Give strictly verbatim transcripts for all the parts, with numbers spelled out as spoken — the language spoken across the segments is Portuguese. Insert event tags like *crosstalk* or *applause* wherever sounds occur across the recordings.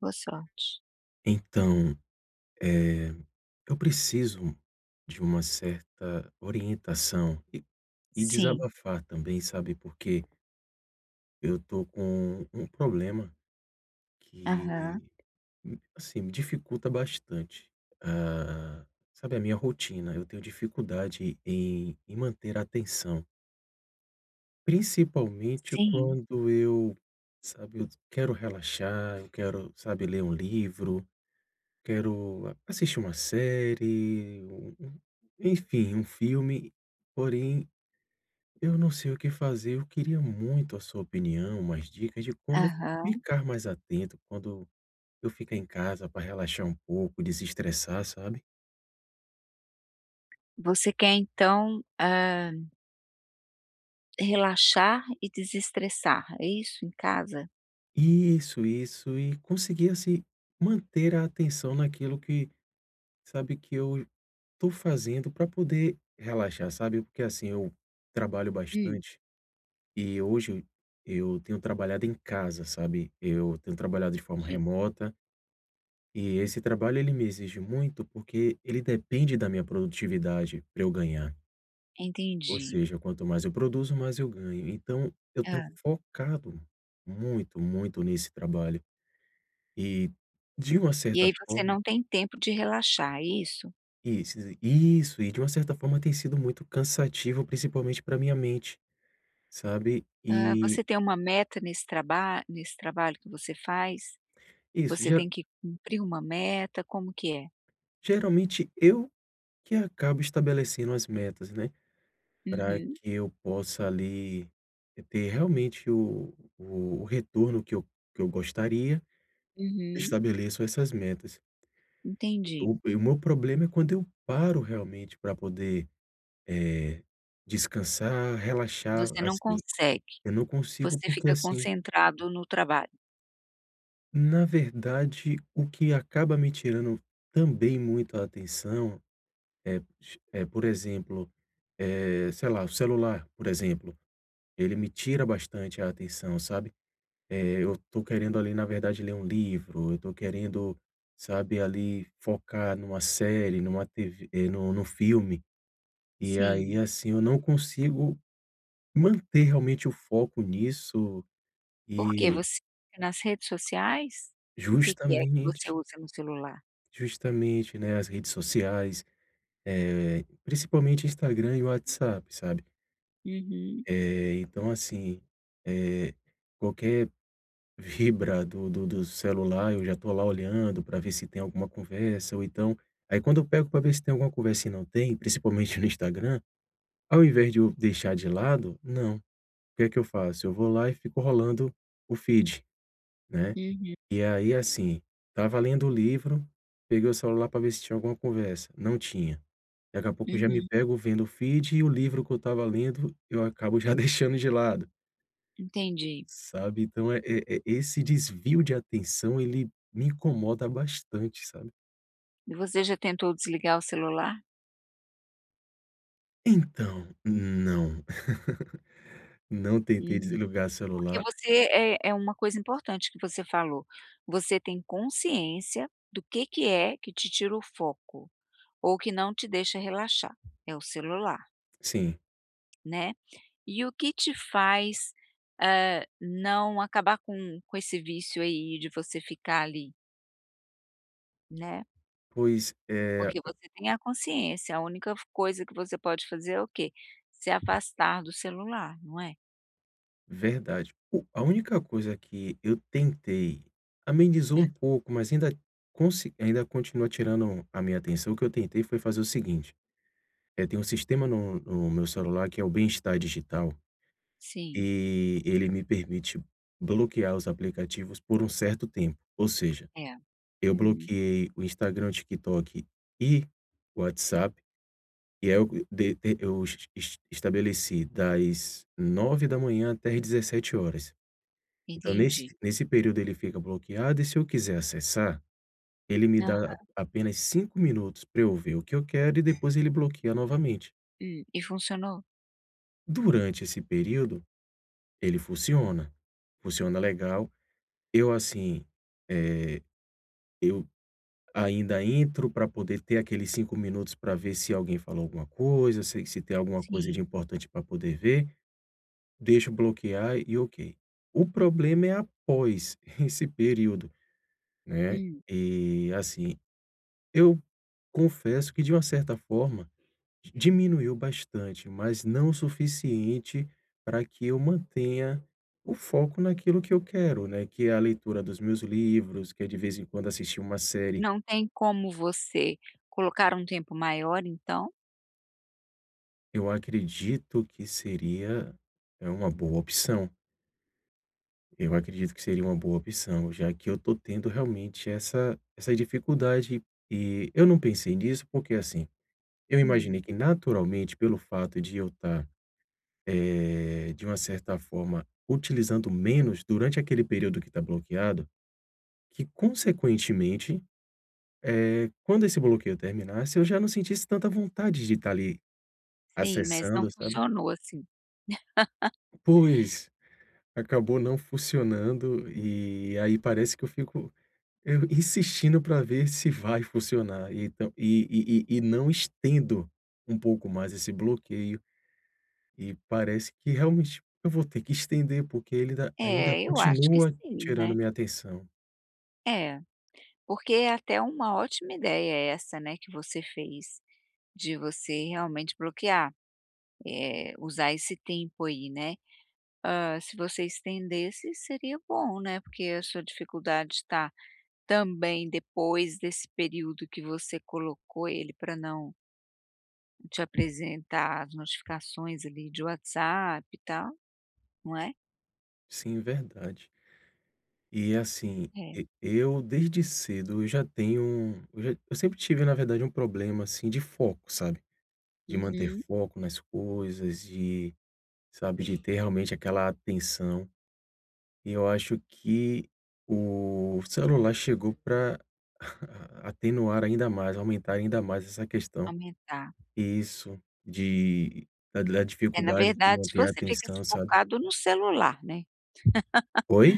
Boa sorte. Então, eh, eu preciso de uma certa orientação e e Sim. desabafar também, sabe, porque eu tô com um problema Aham. que, assim, me dificulta bastante, ah, sabe, a minha rotina. Eu tenho dificuldade em em manter a atenção, principalmente Sim. quando eu, sabe, eu quero relaxar, eu quero, sabe, ler um livro. Quero assistir uma série, um um enfim, um filme, porém eu não sei o que fazer. Eu queria muito a sua opinião, umas dicas de como Aham. ficar mais atento quando eu ficar em casa para relaxar um pouco, desestressar, sabe. Você quer então, hã, relaxar e desestressar, é isso? Em casa? Isso, isso. E conseguir, assim, manter a atenção naquilo que, sabe, que eu tô fazendo para poder relaxar, sabe. Porque, assim, eu trabalho Hum, bastante. E hoje eu tenho trabalhado em casa, sabe. Eu tenho trabalhado de forma entendi, remota e esse trabalho ele me exige muito, porque ele depende da minha produtividade para eu ganhar. Ou entendi. seja, quanto mais eu produzo, mais eu ganho. Então eu tenho Hã. focado muito, muito nesse trabalho. E de uma E certa aí você forma não tem tempo de relaxar, é isso? isso, isso. E de uma certa forma tem sido muito cansativo, principalmente para minha mente, sabe. Hã, E você tem uma meta nesse traba nesse trabalho que você faz? isso, Você ge tem que cumprir uma meta, como que é? geralmente eu que acabo estabelecendo as metas, né, para Uhum, que eu possa ali, ter realmente o o o retorno que eu que eu gostaria, uhum, estabeleço essas metas. entendi. O o meu problema é quando eu paro realmente para poder, eh, descansar, relaxar, Você não assim, consegue, eu não consigo você porque, fica assim, concentrado no trabalho. na verdade o que acaba me tirando também muito a atenção, é é, por exemplo, eh, sei lá, o celular, por exemplo. Ele me tira bastante a atenção, sabe. Eh, eu tô querendo ali, na verdade, ler um livro, eu tô querendo, sabe, ali focar numa série, numa T V, eh, num num filme, e aí, Sim. assim, eu não consigo manter realmente o foco nisso, Porque e você nas redes sociais? O que que é que você justamente usa no celular? justamente, né, as redes sociais, eh, principalmente Instagram e WhatsApp, sabe. Uhum, Eh, então assim, eh, qualquer vibra do do do celular, eu já tô lá olhando para ver se tem alguma conversa, ou então aí quando eu pego para ver se tem alguma conversa e não tem, principalmente *laughs* no Instagram, ao invés de eu deixar de lado, não, o que é que eu faço? Eu vou lá e fico rolando o feed, né. uhum, E aí, assim, tava lendo o livro, peguei o celular para ver se tinha alguma conversa, não tinha. Daqui a pouco eu já me uhum, pego vendo o feed e o livro que eu tava lendo, eu acabo já *laughs* deixando de lado. entendi. Sabe, então, é eh eh, esse desvio de atenção ele me incomoda bastante, sabe. E você já tentou desligar o celular? Então, não, *laughs* não tentei Uhum. desligar Porque celular. você é é uma coisa importante que você falou, você tem consciência do que que é que te tira o foco, ou que não te deixa relaxar, é o celular, Sim, né. E o que te faz, hã, não acabar com com esse vício aí de você ficar ali, né. pois é, Porque você tem a consciência, a única coisa que você pode fazer é o quê? Se afastar do celular, não é? verdade. O A única coisa que eu tentei amenizou É. um pouco, mas ainda consi ainda continua tirando a minha atenção. O que eu tentei foi fazer o seguinte, é, tem um sistema no no meu celular que é o Bem-Estar Digital. Sim, E ele me permite bloquear os aplicativos por um certo tempo, ou seja, é. eu Uhum, bloqueei o Instagram, TikTok e o WhatsApp, e aí eu de de eu es es estabeleci das nove da manhã até às dezessete horas. Então nesse entendi. nesse período ele fica bloqueado e se eu quiser acessar, ele me Hã, dá a apenas cinco minutos para eu ver o que eu quero e depois ele bloqueia novamente. hum, e funcionou? Durante esse período, ele funciona, funciona legal. Eu, assim, eu ainda entro para poder ter aqueles cinco minutos para ver se alguém falou alguma coisa, se se tem alguma coisa de Sim. importante para poder ver, deixo bloquear e ok. O problema é após *laughs* esse período, né, Hum. e assim, eu confesso que de uma certa forma, diminuiu bastante, mas não o suficiente para que eu mantenha o foco naquilo que eu quero, né, que é a leitura dos meus livros, que é de vez em quando assistir uma série. Não tem como você colocar um tempo maior então? Eu acredito que seria é uma boa opção. Eu acredito que seria uma boa opção, já que eu tô tendo realmente essa essa dificuldade. E eu não pensei nisso, porque assim, eu Hum, imaginei que naturalmente, pelo fato de eu estar, eh, de uma certa forma, utilizando menos durante aquele período que está bloqueado, que consequentemente, eh, quando esse bloqueio terminasse, eu já não sentisse tanta vontade de estar ali sim, mas não acessando, sabe? funcionou assim. Pois. Acabou não funcionando, e aí parece que eu fico eu insistindo para ver se vai funcionar, e então e e e e não estendo um pouco mais esse bloqueio, e parece que realmente eu vou ter que estender, porque ele ainda ainda É, eu acho que continua sim, tirando né. minha atenção. É, porque é até uma ótima ideia essa, né, que você fez, de você realmente bloquear, eh, usar esse tempo aí, né. Ah, se você estendesse, seria bom, né, porque a sua dificuldade está também depois desse período que você colocou ele para não te apresentar as notificações ali de WhatsApp e tal, não é? Sim, verdade. E assim, É. e eu desde cedo eu já tenho um- eu já eu sempre tive na verdade um problema, assim, de foco, sabe, de manter Uhum. foco nas coisas, de sabe, de ter realmente aquela atenção. E eu acho que o celular chegou para *laughs* atenuar ainda mais, aumentar ainda mais essa questão. Aumentar. E isso de da da É, na dificuldade de verdade, se manter a você fica atenção, sabe. focado no celular, né, Oi?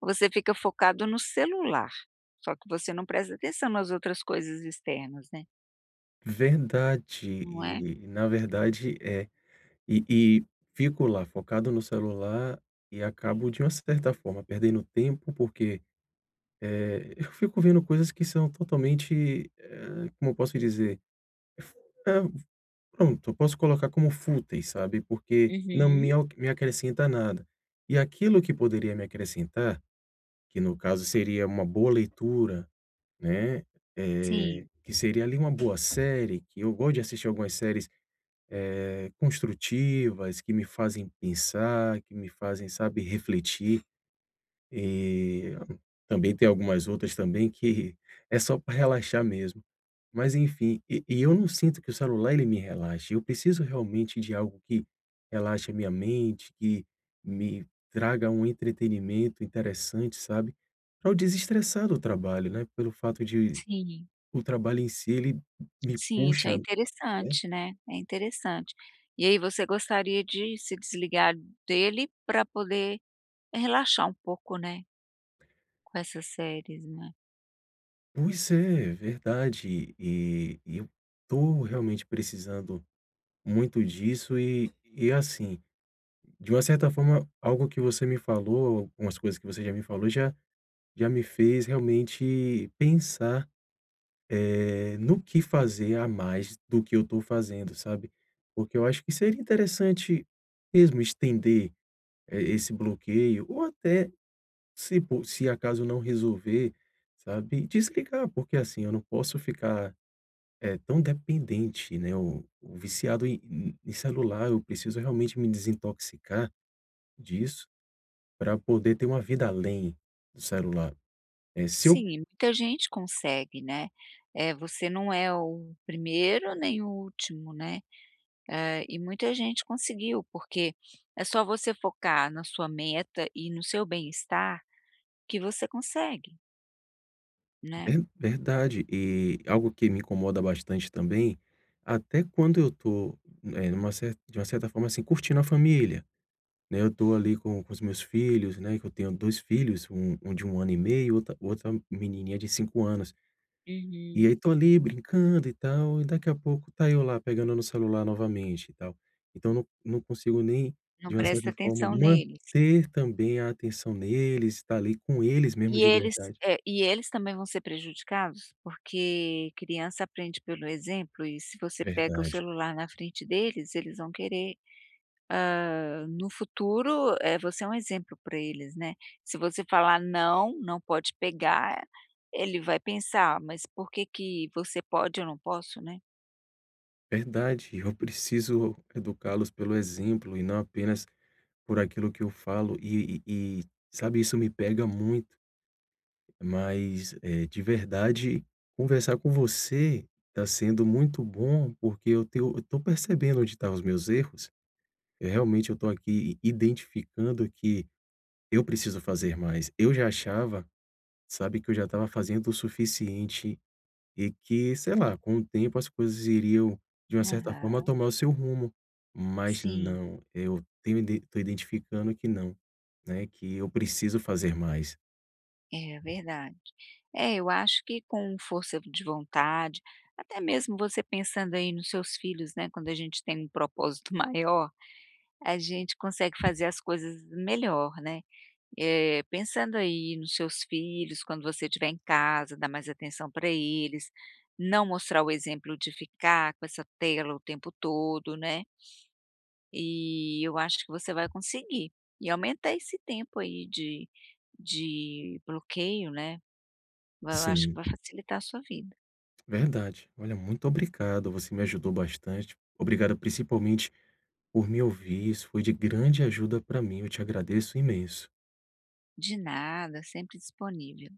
você fica focado no celular, só que você não presta atenção nas outras coisas externas, né, Verdade. não é? E, na verdade, é. E e fico lá focado no celular e acabo, de uma certa forma, perdendo tempo, porque, eh, eu fico vendo coisas que são totalmente, eh, como eu posso dizer, é, pronto, eu posso colocar como fúteis, sabe, porque não Uhum. me al me acrescenta nada. E aquilo que poderia me acrescentar, que no caso seria uma boa leitura, né, eh, Sim, que seria ali uma boa série, que eu gosto de assistir algumas séries, eh, construtivas, que me fazem pensar, que me fazem, sabe, refletir, e hum, também tem algumas outras também que é só para relaxar mesmo. Mas enfim, e e eu não sinto que o celular ele me relaxe, eu preciso realmente de algo que relaxe a minha mente, que me traga um entretenimento interessante, sabe, para eu desestressar do trabalho, né, pelo fato de sim. o trabalho em si ele me Sim, isso é puxa. Né. interessante, né, é interessante. E aí você gostaria de se desligar dele para poder relaxar um pouco, né, com essas séries, né. Pois é, verdade, e e eu tô realmente precisando muito disso, e e assim, de uma certa forma, algo que você me falou, algumas coisas que você já me falou já já me fez realmente pensar, eh, no que fazer a mais do que eu estou fazendo, sabe. Porque eu acho que seria interessante mesmo estender, eh, esse bloqueio ou até se po se acaso não resolver, sabe, desligar, porque assim, eu não posso ficar, eh, tão dependente, né, O ou viciado em em celular, eu preciso realmente me desintoxicar disso para poder ter uma vida além do celular. Eh, se eu Sim, muita gente consegue, né, eh, você não é o primeiro nem o último, né, eh, e muita gente conseguiu, porque é só você focar na sua meta e no seu bem-estar que você consegue, É né. verdade. E algo que me incomoda bastante também, até quando eu tô, eh, numa cer de uma certa forma, assim, curtindo a família, né, eu tô ali com com os meus filhos, né, que eu tenho dois filhos, um um de um ano e meio, outra outra menininha de cinco anos. E Uhum. aí tô ali brincando e tal, e daqui a pouco tá eu lá pegando no celular novamente e tal. Então não não consigo nem, Não de uma presta certa forma, atenção neles. manter também a atenção neles, estar ali com eles mesmo E de eles verdade. é, e eles também vão ser prejudicados, porque criança aprende pelo exemplo e se você pega o Verdade. celular na frente deles, eles vão querer, hã, no futuro, eh, você é um exemplo para eles, né. Se você falar: "Não, não pode pegar", ele vai pensar: "Mas por que que você pode e eu não posso", né. Verdade, eu preciso educá-los pelo exemplo e não apenas por aquilo que eu falo e e e, sabe, isso me pega muito, mas, eh, de verdade, conversar com você está sendo muito bom, porque eu tenho eu tô percebendo onde tá os meus erros, eh, realmente eu tô aqui identificando que eu preciso fazer mais. Eu já achava, sabe, que eu já estava fazendo o suficiente e que, sei lá, com o tempo as coisas iriam, de uma certa forma, Aham. tomar o seu rumo. Mas Sim, não, eu tenho iden tô identificando que não, né, que eu preciso fazer mais. é verdade. É, eu acho que com força de vontade, até mesmo você pensando aí nos seus filhos, né, quando a gente tem um propósito *laughs* maior. A gente consegue fazer as coisas melhor, né. Eh, pensando aí nos seus filhos, quando você estiver em casa, dar mais atenção para eles, não mostrar o exemplo de ficar com essa tela o tempo todo, né. E eu acho que você vai conseguir. E aumentar esse tempo aí de de bloqueio, né, eu acho que Sim, vai facilitar a sua vida. verdade. Olha, muito obrigado, você me ajudou bastante. Obrigado principalmente por me ouvir, isso foi de grande ajuda para mim, eu te agradeço imenso. De nada, sempre disponível.